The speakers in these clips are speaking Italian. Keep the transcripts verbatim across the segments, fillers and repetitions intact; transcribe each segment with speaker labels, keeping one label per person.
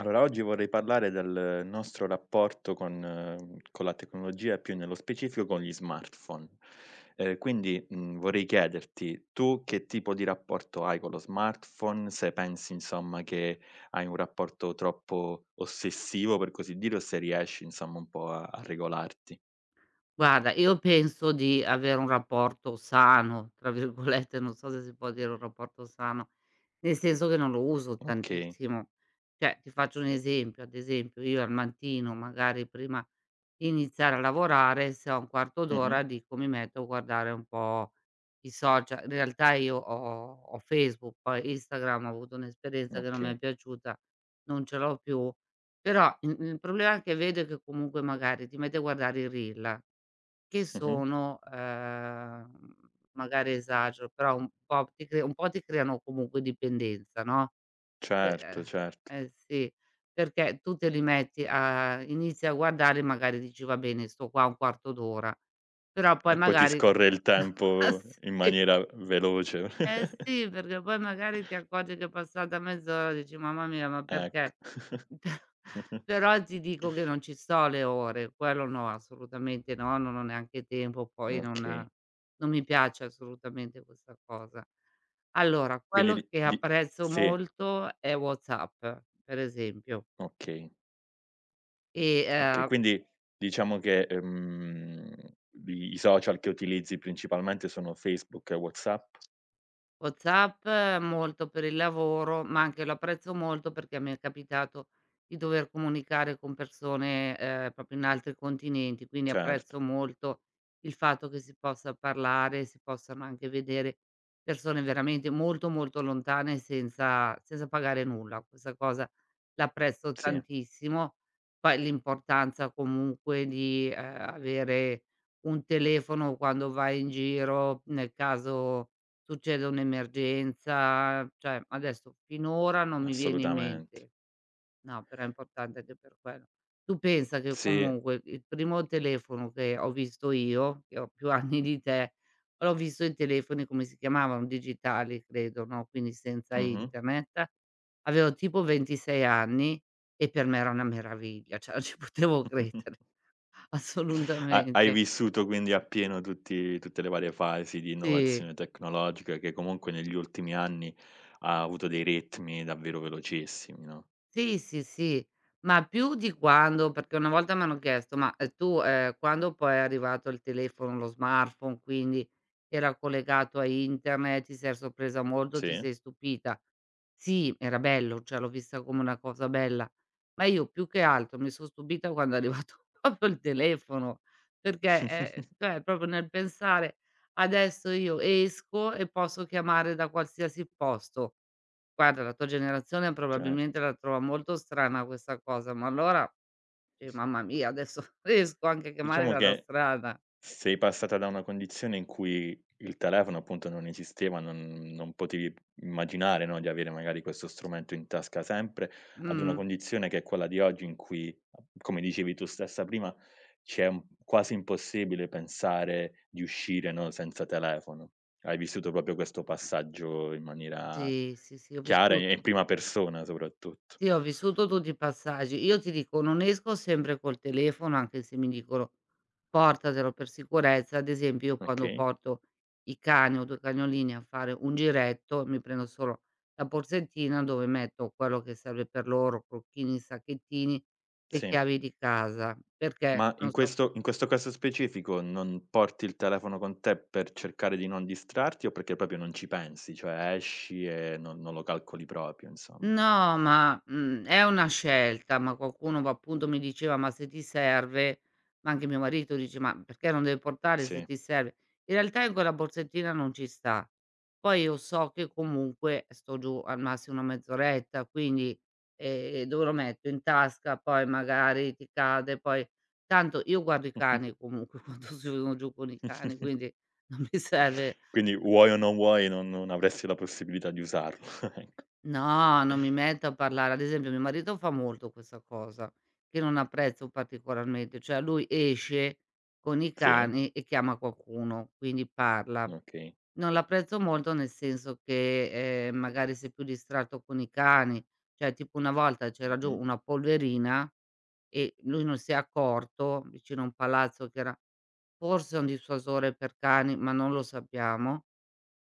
Speaker 1: Allora, oggi vorrei parlare del nostro rapporto con uhm, con la tecnologia e più nello specifico con gli smartphone. Ehm, quindi, mhmm, vorrei chiederti: tu che tipo di rapporto hai con lo smartphone? Se pensi insomma che hai un rapporto troppo ossessivo, per così dire, o se riesci insomma un po' a a regolarti.
Speaker 2: Guarda, io penso di avere un rapporto "sano", tra virgolette, non so se si può dire un rapporto sano, nel senso che non lo uso
Speaker 1: Okay.
Speaker 2: tantissimo. Cioè, ti faccio un esempio, ad esempio io al mattino, magari prima di iniziare a lavorare, se ho un quarto
Speaker 1: Mh-mh.
Speaker 2: d'ora dico: "Mi metto a guardare un po' i social". In realtà io ho ho Facebook, poi Instagram ho avuto un'esperienza che non mi è
Speaker 1: Okay.
Speaker 2: piaciuta, non ce l'ho più, però il il problema che vedo è che comunque magari ti metti a guardare i reel che
Speaker 1: Mh-mh.
Speaker 2: sono, ehm, magari esagero, però un po' ti cre un po' ti creano comunque dipendenza, no. Sì. pe eh
Speaker 1: Certo, certo.
Speaker 2: Eh sì, perché tu te li metti a inizi a guardare, e magari dici: "Va bene, sto qua un quarto d'ora", però poi
Speaker 1: E poi ti
Speaker 2: magari
Speaker 1: scorre il
Speaker 2: sì.
Speaker 1: tempo in maniera veloce.
Speaker 2: Eh sì, perché poi magari ti accorgi che è passata mezz'ora, dici: "Mamma mia, ma
Speaker 1: Ecco.
Speaker 2: perché?" Però ti dico che non ci sto le ore, quello no, assolutamente no, non ho neanche tempo, poi non
Speaker 1: Okay.
Speaker 2: non mi piace assolutamente questa cosa. Allora,
Speaker 1: Quindi
Speaker 2: quello
Speaker 1: di
Speaker 2: che
Speaker 1: di
Speaker 2: apprezzo
Speaker 1: sì,
Speaker 2: molto è WhatsApp, per esempio,
Speaker 1: okay,
Speaker 2: e,
Speaker 1: okay.
Speaker 2: ehm
Speaker 1: Quindi diciamo che, ehm, i i social che utilizzi principalmente sono Facebook e WhatsApp?
Speaker 2: WhatsApp eh, molto per il lavoro, ma anche lo apprezzo molto perché mi è capitato di dover comunicare con persone, ehm, proprio in altri continenti, quindi
Speaker 1: Certo,
Speaker 2: apprezzo molto il fatto che si possa parlare, si possano anche vedere persone veramente molto, molto lontane senza senza pagare nulla. Questa cosa l'apprezzo
Speaker 1: sì,
Speaker 2: tantissimo. Poi l'importanza comunque di, ehm, avere un telefono quando vai in giro, nel caso succede un'emergenza, cioè adesso finora non mi viene in
Speaker 1: assolutamente.
Speaker 2: mente. No, però è importante anche per quello. Tu pensa che
Speaker 1: Sì,
Speaker 2: comunque il primo telefono che ho visto io, che ho più anni di te, l'ho visto i telefoni come si chiamavano? Digitali credo, no, quindi senza
Speaker 1: mh-mh.
Speaker 2: internet. Avevo tipo ventisei anni e per me era una meraviglia, cioè non ci potevo credere,
Speaker 1: Ha hai
Speaker 2: assolutamente.
Speaker 1: vissuto quindi appieno tutti tutte le varie fasi di
Speaker 2: Sì.
Speaker 1: innovazione tecnologica che comunque negli ultimi anni ha avuto dei ritmi davvero velocissimi, no?
Speaker 2: Sì, sì, sì, ma più di quando perché una volta m'hanno chiesto: "Ma, ehm, tu, ehm, quando poi è arrivato il telefono, lo smartphone, quindi era collegato a internet, ti sei sorpresa molto, ti
Speaker 1: Sì.
Speaker 2: sei stupita?" Sì, era bello, cioè l'ho vista come una cosa bella, ma io più che altro mi son stupita quando è arrivato proprio il telefono, perché, ehm, cioè proprio nel pensare: "Adesso io esco e posso chiamare da qualsiasi posto." Guarda, la tua generazione probabilmente
Speaker 1: Certo.
Speaker 2: la trova molto strana questa cosa, ma allora, eh, mamma mia, adesso riesco anche a chiamare
Speaker 1: Diciamo
Speaker 2: dalla
Speaker 1: che
Speaker 2: strada.
Speaker 1: sei passata da una condizione in cui il telefono appunto non esisteva, non non potevi immaginare, no, di avere magari questo strumento in tasca sempre, ad una
Speaker 2: Mh.
Speaker 1: condizione che è quella di oggi in cui, come dicevi tu stessa prima, ci è un quasi impossibile pensare di uscire, no, senza telefono. Hai vissuto proprio questo passaggio in maniera
Speaker 2: Sì, sì, sì, ho
Speaker 1: chiara e in
Speaker 2: vissuto.
Speaker 1: prima persona soprattutto.
Speaker 2: Sì, ho vissuto tutti i passaggi. Io ti dico, non esco sempre col telefono, anche se mi dicono: "Portatelo per sicurezza." Ad esempio, io quando
Speaker 1: Okay,
Speaker 2: porto i cani, ho due cagnolini, a fare un giretto, mi prendo solo la borsettina dove metto quello che serve per loro, crocchini, sacchettini, le
Speaker 1: sì.
Speaker 2: chiavi di casa, perché
Speaker 1: Ma
Speaker 2: non
Speaker 1: in
Speaker 2: so.
Speaker 1: questo in questo caso specifico non porti il telefono con te per cercare di non distrarti o perché proprio non ci pensi, cioè esci e non non lo calcoli proprio insomma.
Speaker 2: No, ma, mhmm, è una scelta, ma qualcuno va appunto mi diceva: "Ma se ti serve", ma anche mio marito dice: "Ma perché non devi portare se
Speaker 1: Sì.
Speaker 2: ti serve?" In realtà in quella borsettina non ci sta. Poi io so che comunque sto giù al massimo una mezz'oretta, quindi, ehm, dove lo metto? In tasca, poi magari ti cade, poi tanto io guardo i cani comunque quando sono giù con i cani, quindi non mi serve.
Speaker 1: Quindi vuoi o non vuoi non non avresti la possibilità di usarlo, ecco.
Speaker 2: No, non mi metto a parlare. Ad esempio, mio marito fa molto questa cosa, che non apprezzo particolarmente, cioè lui esce con i
Speaker 1: Sì,
Speaker 2: cani e chiama qualcuno, quindi parla.
Speaker 1: okay.
Speaker 2: Non l'apprezzo molto nel senso che, ehm, magari sei più distratto con i cani, cioè tipo una volta c'era giù
Speaker 1: Mh-mh,
Speaker 2: una polverina e lui non si è accorto, vicino a un palazzo che era forse un dissuasore per cani, ma non lo sappiamo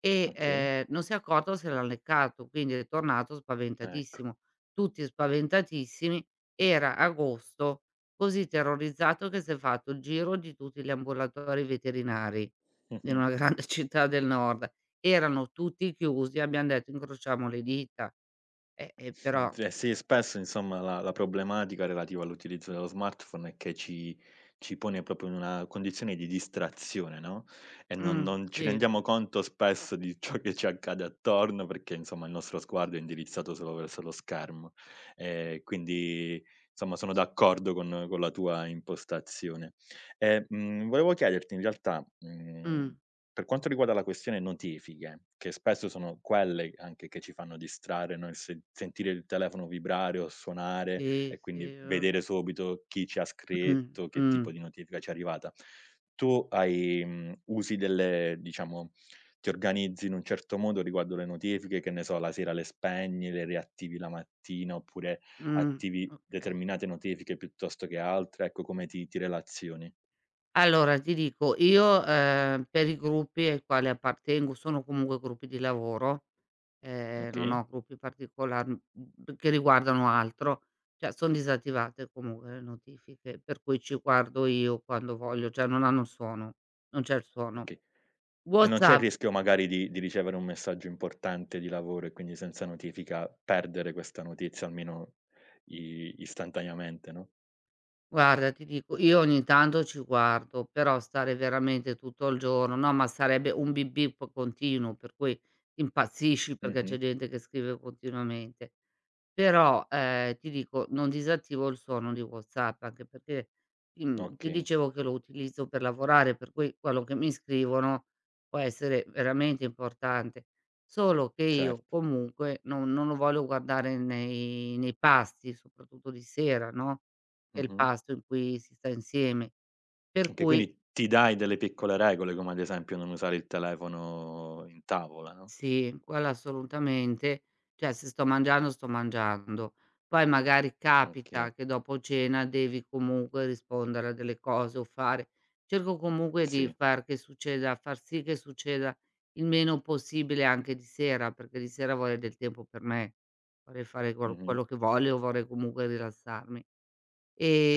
Speaker 2: e,
Speaker 1: okay,
Speaker 2: ehm, non si è accorto se l'ha leccato, quindi è tornato
Speaker 1: ecco.
Speaker 2: spaventatissimo. Tutti spaventatissimi, era agosto, così terrorizzato che si è fatto il giro di tutti gli ambulatori veterinari in
Speaker 1: Mh-mh.
Speaker 2: una grande città del nord. Erano tutti chiusi, abbiam detto: "Incrociamo le dita". Eh, eh,
Speaker 1: Mh,
Speaker 2: però
Speaker 1: eh sì, spesso insomma la la problematica relativa all'utilizzo dello smartphone è che ci ci pone proprio in una condizione di distrazione, no, e non
Speaker 2: mh,
Speaker 1: non ci
Speaker 2: sì.
Speaker 1: rendiamo conto spesso di ciò che ci accade attorno perché insomma il nostro sguardo è indirizzato solo verso lo schermo. Ehm, quindi insomma sono d'accordo con con la tua impostazione. E, mhmm, volevo chiederti in realtà, mhmm
Speaker 2: Mh,
Speaker 1: per quanto riguarda la questione notifiche, che spesso sono quelle anche che ci fanno distrarre, no, il sen sentire il telefono vibrare o suonare
Speaker 2: sì,
Speaker 1: e quindi
Speaker 2: sì, uhm,
Speaker 1: vedere subito chi ci ha scritto, che tipo
Speaker 2: mh,
Speaker 1: di notifica ci è arrivata. Tu hai mhmm, usi delle diciamo ti organizzi in un certo modo riguardo le notifiche, che ne so, la sera le spegni, le riattivi la mattina, oppure
Speaker 2: mh,
Speaker 1: attivi
Speaker 2: mh. oka
Speaker 1: determinate notifiche piuttosto che altre, ecco come ti ti relazioni.
Speaker 2: Allora ti dico, io, ehm, per i gruppi ai quali appartengo, sono comunque gruppi di lavoro, ehm, non
Speaker 1: Okay,
Speaker 2: ho gruppi particolar mhmm, b che riguardano altro, cioè son disattivate comunque le notifiche, per cui ci guardo io quando voglio, cioè non hanno suono, non c'è il suono.
Speaker 1: okay. E non c'è il
Speaker 2: WhatsApp,
Speaker 1: rischio magari di di ricevere un messaggio importante di lavoro e quindi senza notifica perdere questa notizia almeno i istantaneamente, no?
Speaker 2: guarda ti dico, io ogni tanto ci guardo, però stare veramente tutto il giorno no, ma sarebbe un bip bip continuo, per cui impazzisci perché
Speaker 1: Mh-mh.
Speaker 2: c'è gente che scrive continuamente. Però, ehm, ti dico, non disattivo il suono di WhatsApp, anche perché, mhmm, ti
Speaker 1: Okay,
Speaker 2: dicevo che lo utilizzo per lavorare, per cui quello che mi scrivono può essere veramente importante. Solo che io
Speaker 1: certo.
Speaker 2: comunque non non lo voglio guardare nei nei pasti, soprattutto di sera, no, che è il
Speaker 1: Mh-mh.
Speaker 2: pasto in cui si sta insieme. Per
Speaker 1: Okay,
Speaker 2: cui.
Speaker 1: quindi ti dai delle piccole regole come ad esempio non usare il telefono in tavola, no?
Speaker 2: Sì, quello assolutamente. Cioè, se sto mangiando, sto mangiando. Poi magari capita
Speaker 1: Okay,
Speaker 2: che dopo cena devi comunque rispondere a delle cose o fare cerco comunque di
Speaker 1: sì.
Speaker 2: far che succeda far sì che succeda il meno possibile anche di sera, perché di sera vorrei del tempo per me. Vorrei fare quel
Speaker 1: Mh-mh.
Speaker 2: quello che voglio, vorrei comunque rilassarmi.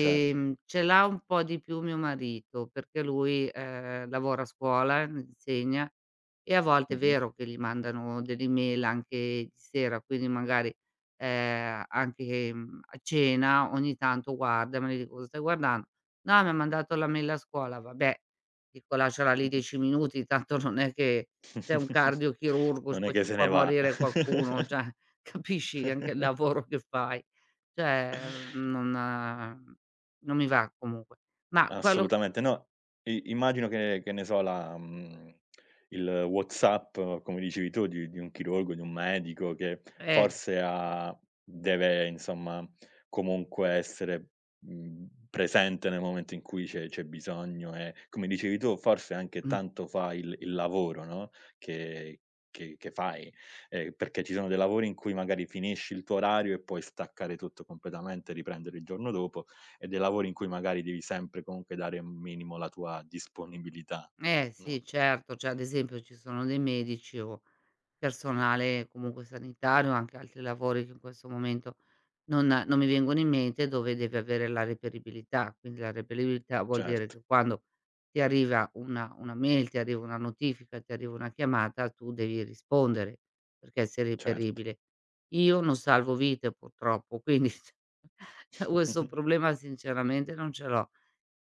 Speaker 1: Certo.
Speaker 2: Ce l'ha un po' di più mio marito, perché lui, ehm, lavora a scuola, insegna e a volte è
Speaker 1: Mh-mh.
Speaker 2: vero che gli mandano delle email anche di sera, quindi magari, ehm, anche, mhmm, a cena ogni tanto guarda, ma io dico: "Cosa stai guardando?" "No, mi ha mandato la mail a scuola." "Vabbè", dico: "Lasciala lì
Speaker 1: Mh-mh.
Speaker 2: dieci minuti, tanto non è che sei un cardiochirurgo, s
Speaker 1: Non è
Speaker 2: poi
Speaker 1: che
Speaker 2: ci
Speaker 1: se ne
Speaker 2: può
Speaker 1: va.
Speaker 2: morire qualcuno." Cioè, capisci anche il lavoro che fai. Cioè, mhmm, non non mi va comunque. Ma quello.
Speaker 1: Assolutamente no. I Immagino che che ne so la mhmm, il WhatsApp, come dicevi tu, di di un chirurgo, di un medico che
Speaker 2: eh,
Speaker 1: forse ha deve insomma comunque essere, mhmm, presente nel momento in cui c'è c'è bisogno e, come dicevi tu, forse anche
Speaker 2: mh,
Speaker 1: tanto fa il il lavoro, no, che che che fai, ehm, perché ci sono dei lavori in cui magari finisci il tuo orario e puoi staccare tutto completamente, riprendere il giorno dopo e dei lavori in cui magari devi sempre comunque dare un minimo la tua disponibilità,
Speaker 2: eh sì,
Speaker 1: no,
Speaker 2: certo, cioè ad esempio ci sono dei medici o personale comunque sanitario, anche altri lavori che in questo momento non non mi vengono in mente, dove devi avere la reperibilità. Quindi la reperibilità vuol dire
Speaker 1: certo,
Speaker 2: che quando ti arriva una una mail, ti arriva una notifica, ti arriva una chiamata, tu devi rispondere, perché sei
Speaker 1: certo.
Speaker 2: reperibile. Io non salvo vite purtroppo, quindi cioè questo problema sinceramente non ce l'ho.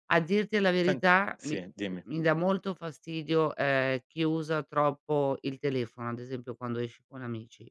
Speaker 2: A dirti la
Speaker 1: Sen
Speaker 2: verità
Speaker 1: sì,
Speaker 2: mi
Speaker 1: eh, dimmi.
Speaker 2: mi dà molto fastidio, ehm, chi usa troppo il telefono, ad esempio quando esci con amici.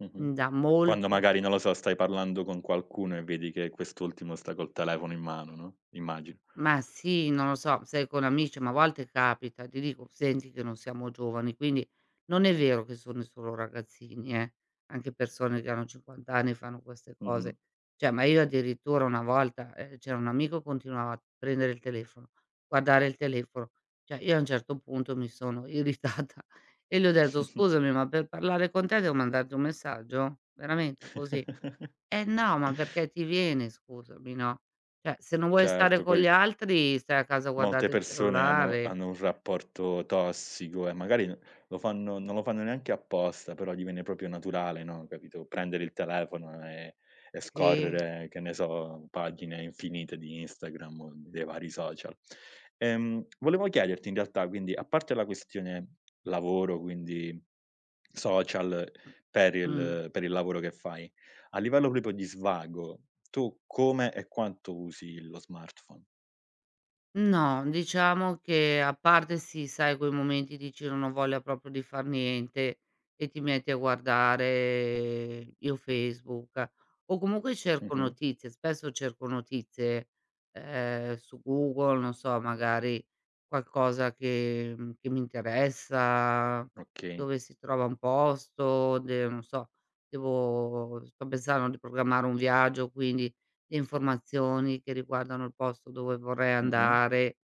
Speaker 1: Mh-mh.
Speaker 2: Mi dà
Speaker 1: Quando
Speaker 2: molto.
Speaker 1: magari, non lo so, stai parlando con qualcuno e vedi che quest'ultimo sta col telefono in mano, no, immagino.
Speaker 2: Ma sì, non lo so, sai con amici, ma a volte capita, ti dico: "Senti che non siamo giovani", quindi non è vero che sono solo ragazzini eh, anche persone che hanno cinquanta anni fanno queste
Speaker 1: Mh-mh.
Speaker 2: cose. Cioè, ma io addirittura una volta, ehm, c'era un amico che continuava a prendere il telefono, guardare il telefono. Cioè, io a un certo punto mi sono irritata e gli ho detto: "Scusami, ma per parlare con te devo mandarti un messaggio? Veramente così?" Eh no, ma perché ti viene scusami, no? Cioè, se non vuoi stare
Speaker 1: Certo,
Speaker 2: con gli
Speaker 1: poi
Speaker 2: altri stai a casa a
Speaker 1: molte
Speaker 2: guardate il
Speaker 1: persone hanno
Speaker 2: cellulare.
Speaker 1: hanno un rapporto tossico e magari n lo fanno non lo fanno neanche apposta, però gli viene proprio naturale, no, capito, prendere il telefono e e
Speaker 2: Sì.
Speaker 1: scorrere, che ne so, pagine infinite di Instagram o dei vari social. Ehm, volevo chiederti in realtà, quindi, a parte la questione lavoro, quindi social
Speaker 2: Mh.
Speaker 1: per
Speaker 2: Mh.
Speaker 1: il per il lavoro che fai, a livello proprio di svago, tu come e quanto usi lo smartphone?
Speaker 2: No, diciamo che a parte sì, sai quei momenti dici: "Non ho voglia proprio di far niente" e ti metti a guardare io Facebook, o comunque cerco
Speaker 1: Mh-mh.
Speaker 2: notizie, spesso cerco notizie, ehm, su Google, non so, magari qualcosa che mhmm, che mi interessa,
Speaker 1: Okay.
Speaker 2: dove si trova un posto, de non so, devo sto pensando di programmare un viaggio, quindi le informazioni che riguardano il posto dove vorrei
Speaker 1: Mh-mh.
Speaker 2: andare.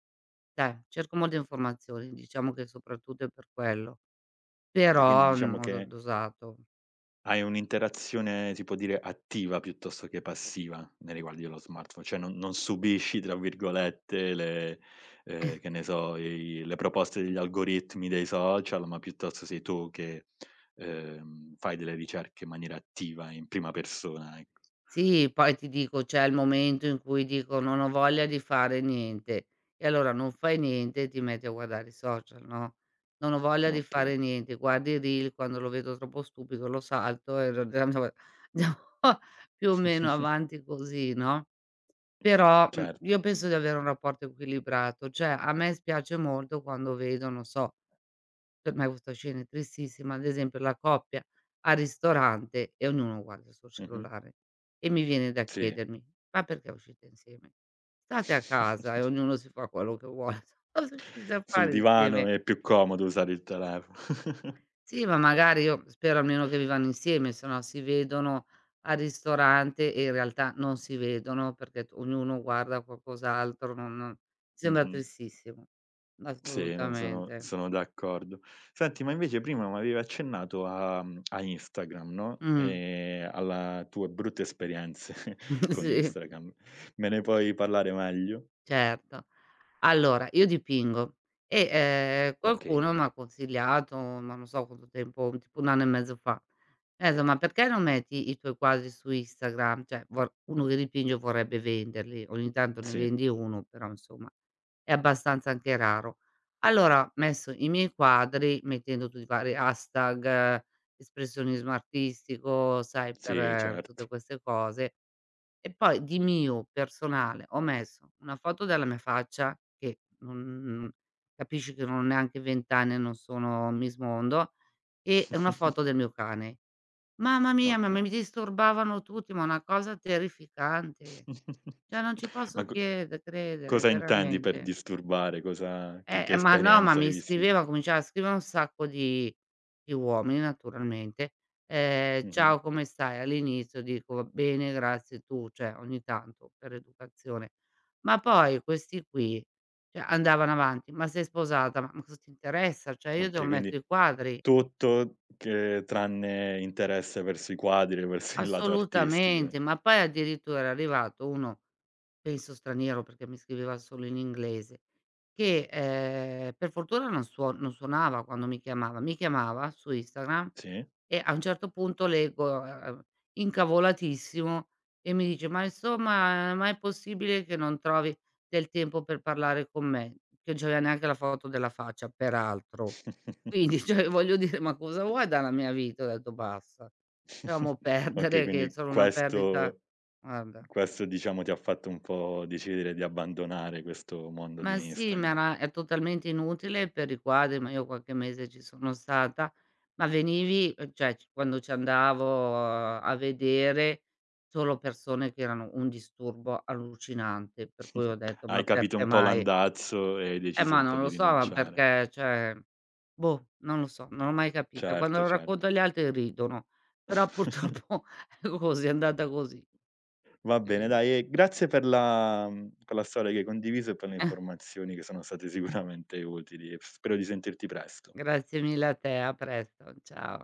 Speaker 2: Cioè, cerco molte informazioni, diciamo che soprattutto è per quello,
Speaker 1: Che quindi
Speaker 2: però in
Speaker 1: diciamo
Speaker 2: modo
Speaker 1: che
Speaker 2: dosato.
Speaker 1: hai un'interazione, si può dire, attiva piuttosto che passiva nei riguardi dello smartphone, cioè non non "subisci" tra virgolette le ehm, che ne so, i le proposte degli algoritmi dei social, ma piuttosto sei tu che, ehm, fai delle ricerche in maniera attiva, in prima persona, ecco.
Speaker 2: Sì, poi ti dico, c'è il momento in cui dico: "Non ho voglia di fare niente" e allora non fai niente e ti metti a guardare i social, no, "Non ho voglia di
Speaker 1: Okay.
Speaker 2: fare niente", guardi i reel, quando lo vedo troppo stupido lo salto e andiamo più o meno avanti così, no? Però, mhmm,
Speaker 1: Cer
Speaker 2: io penso di avere un rapporto equilibrato, cioè a me spiace molto quando vedo, non so, per me questa scena è tristissima, ad esempio la coppia al ristorante e ognuno guarda il suo
Speaker 1: mh-mh.
Speaker 2: cellulare e mi viene da
Speaker 1: Sì.
Speaker 2: chiedermi: "Ma perché uscite insieme? State a casa e ognuno si fa quello che vuole, cosa uscite a
Speaker 1: Sul
Speaker 2: fare
Speaker 1: divano
Speaker 2: insieme?"
Speaker 1: è più comodo usare il telefono.
Speaker 2: Sì, ma magari io spero almeno che vivano insieme, se no si vedono al ristorante e in realtà non si vedono perché t ognuno guarda qualcos'altro, non non mi sembra
Speaker 1: Mh-mh.
Speaker 2: tristissimo.
Speaker 1: Sì, non sono
Speaker 2: Assolutamente.
Speaker 1: sono d'accordo. Senti, ma invece prima m'avevi accennato a mhmm, a Instagram, no,
Speaker 2: Mh.
Speaker 1: ehm, alla tue brutte esperienze con
Speaker 2: Sì.
Speaker 1: Instagram. Me ne puoi parlare meglio?
Speaker 2: Certo. Allora, io dipingo e, ehm,
Speaker 1: Okay,
Speaker 2: qualcuno m'ha consigliato, ma non so quanto tempo, tipo un anno e mezzo fa, mi ha detto: "Ma perché non metti i tuoi quadri su Instagram?" Cioè vor uno che dipinge vorrebbe venderli, ogni tanto ne
Speaker 1: sì,
Speaker 2: vendi uno, però insomma è abbastanza anche raro. Allora ho messo i miei quadri mettendo tutti i vari hashtag, espressionismo artistico, sai,
Speaker 1: sì,
Speaker 2: per
Speaker 1: certo.
Speaker 2: tutte queste cose e poi di mio personale ho messo una foto della mia faccia, che non capisci che non ho neanche venti anni e non sono Miss Mondo, e una foto del mio cane. Mamma mia, ma
Speaker 1: Okay.
Speaker 2: mi disturbavano tutti, ma una cosa terrificante. Cioè non ci posso
Speaker 1: Ma co
Speaker 2: chiede credere,
Speaker 1: cosa intendi per
Speaker 2: veramente.
Speaker 1: disturbare? Cosa che
Speaker 2: Eh,
Speaker 1: che
Speaker 2: ehm, ma no, ma
Speaker 1: esperienza hai
Speaker 2: mi
Speaker 1: vissuto?
Speaker 2: scriveva, cominciava a scrivere un sacco di di uomini naturalmente. Ehm:
Speaker 1: Mh-mh.
Speaker 2: "Ciao, come stai?" All'inizio dico: "Va bene, grazie, tu?" Cioè, ogni tanto per educazione. Ma poi questi qui, cioè andavano avanti: "Ma sei sposata?" "Ma ma cosa ti interessa? Cioè, io devo
Speaker 1: Okay, quindi
Speaker 2: mettere i quadri."
Speaker 1: tutto che tranne interesse verso i quadri, verso il lato
Speaker 2: Assolutamente,
Speaker 1: artistico.
Speaker 2: ma poi addirittura era arrivato uno, penso straniero perché mi scriveva solo in inglese, che, ehm, per fortuna non suo non suonava quando mi chiamava, mi chiamava su Instagram
Speaker 1: Sì?
Speaker 2: e a un certo punto leggo, ehm, incavolatissimo e mi dice: "Ma insomma, ma è possibile che non trovi del tempo per parlare con me?" Che non c'aveva neanche la foto della faccia peraltro. Quindi, cioè voglio dire, ma cosa vuoi dalla mia vita? Ho detto: "Basta, lasciamo
Speaker 1: Okay,
Speaker 2: perdere che è
Speaker 1: quindi
Speaker 2: solo una perdita",
Speaker 1: questo
Speaker 2: guarda.
Speaker 1: questo diciamo ti ha fatto un po' decidere di abbandonare questo mondo
Speaker 2: Ma
Speaker 1: di
Speaker 2: sì, ma
Speaker 1: Instagram.
Speaker 2: era è totalmente inutile per i quadri, ma io qualche mese ci sono stata, ma venivi ehm, cioè c quando ci andavo a vedere solo persone che erano un disturbo allucinante, per cui ho detto: "Ma
Speaker 1: Hai capito
Speaker 2: perché
Speaker 1: un po'
Speaker 2: mai?"
Speaker 1: l'andazzo e hai
Speaker 2: Eh,
Speaker 1: deciso
Speaker 2: ma
Speaker 1: un po'
Speaker 2: non
Speaker 1: di
Speaker 2: lo so, ma
Speaker 1: rinunciare.
Speaker 2: perché cioè, boh, non lo so, non l'ho mai capito. Quando
Speaker 1: Certo,
Speaker 2: lo
Speaker 1: certo.
Speaker 2: racconto agli altri ridono, però purtroppo è così, è andata così.
Speaker 1: Va bene
Speaker 2: Nient
Speaker 1: dai e grazie per la mhmm, per la storia che hai condiviso e per le
Speaker 2: eh,
Speaker 1: informazioni che sono state sicuramente utili e spero di sentirti presto.
Speaker 2: Grazie mille a te, a presto, ciao.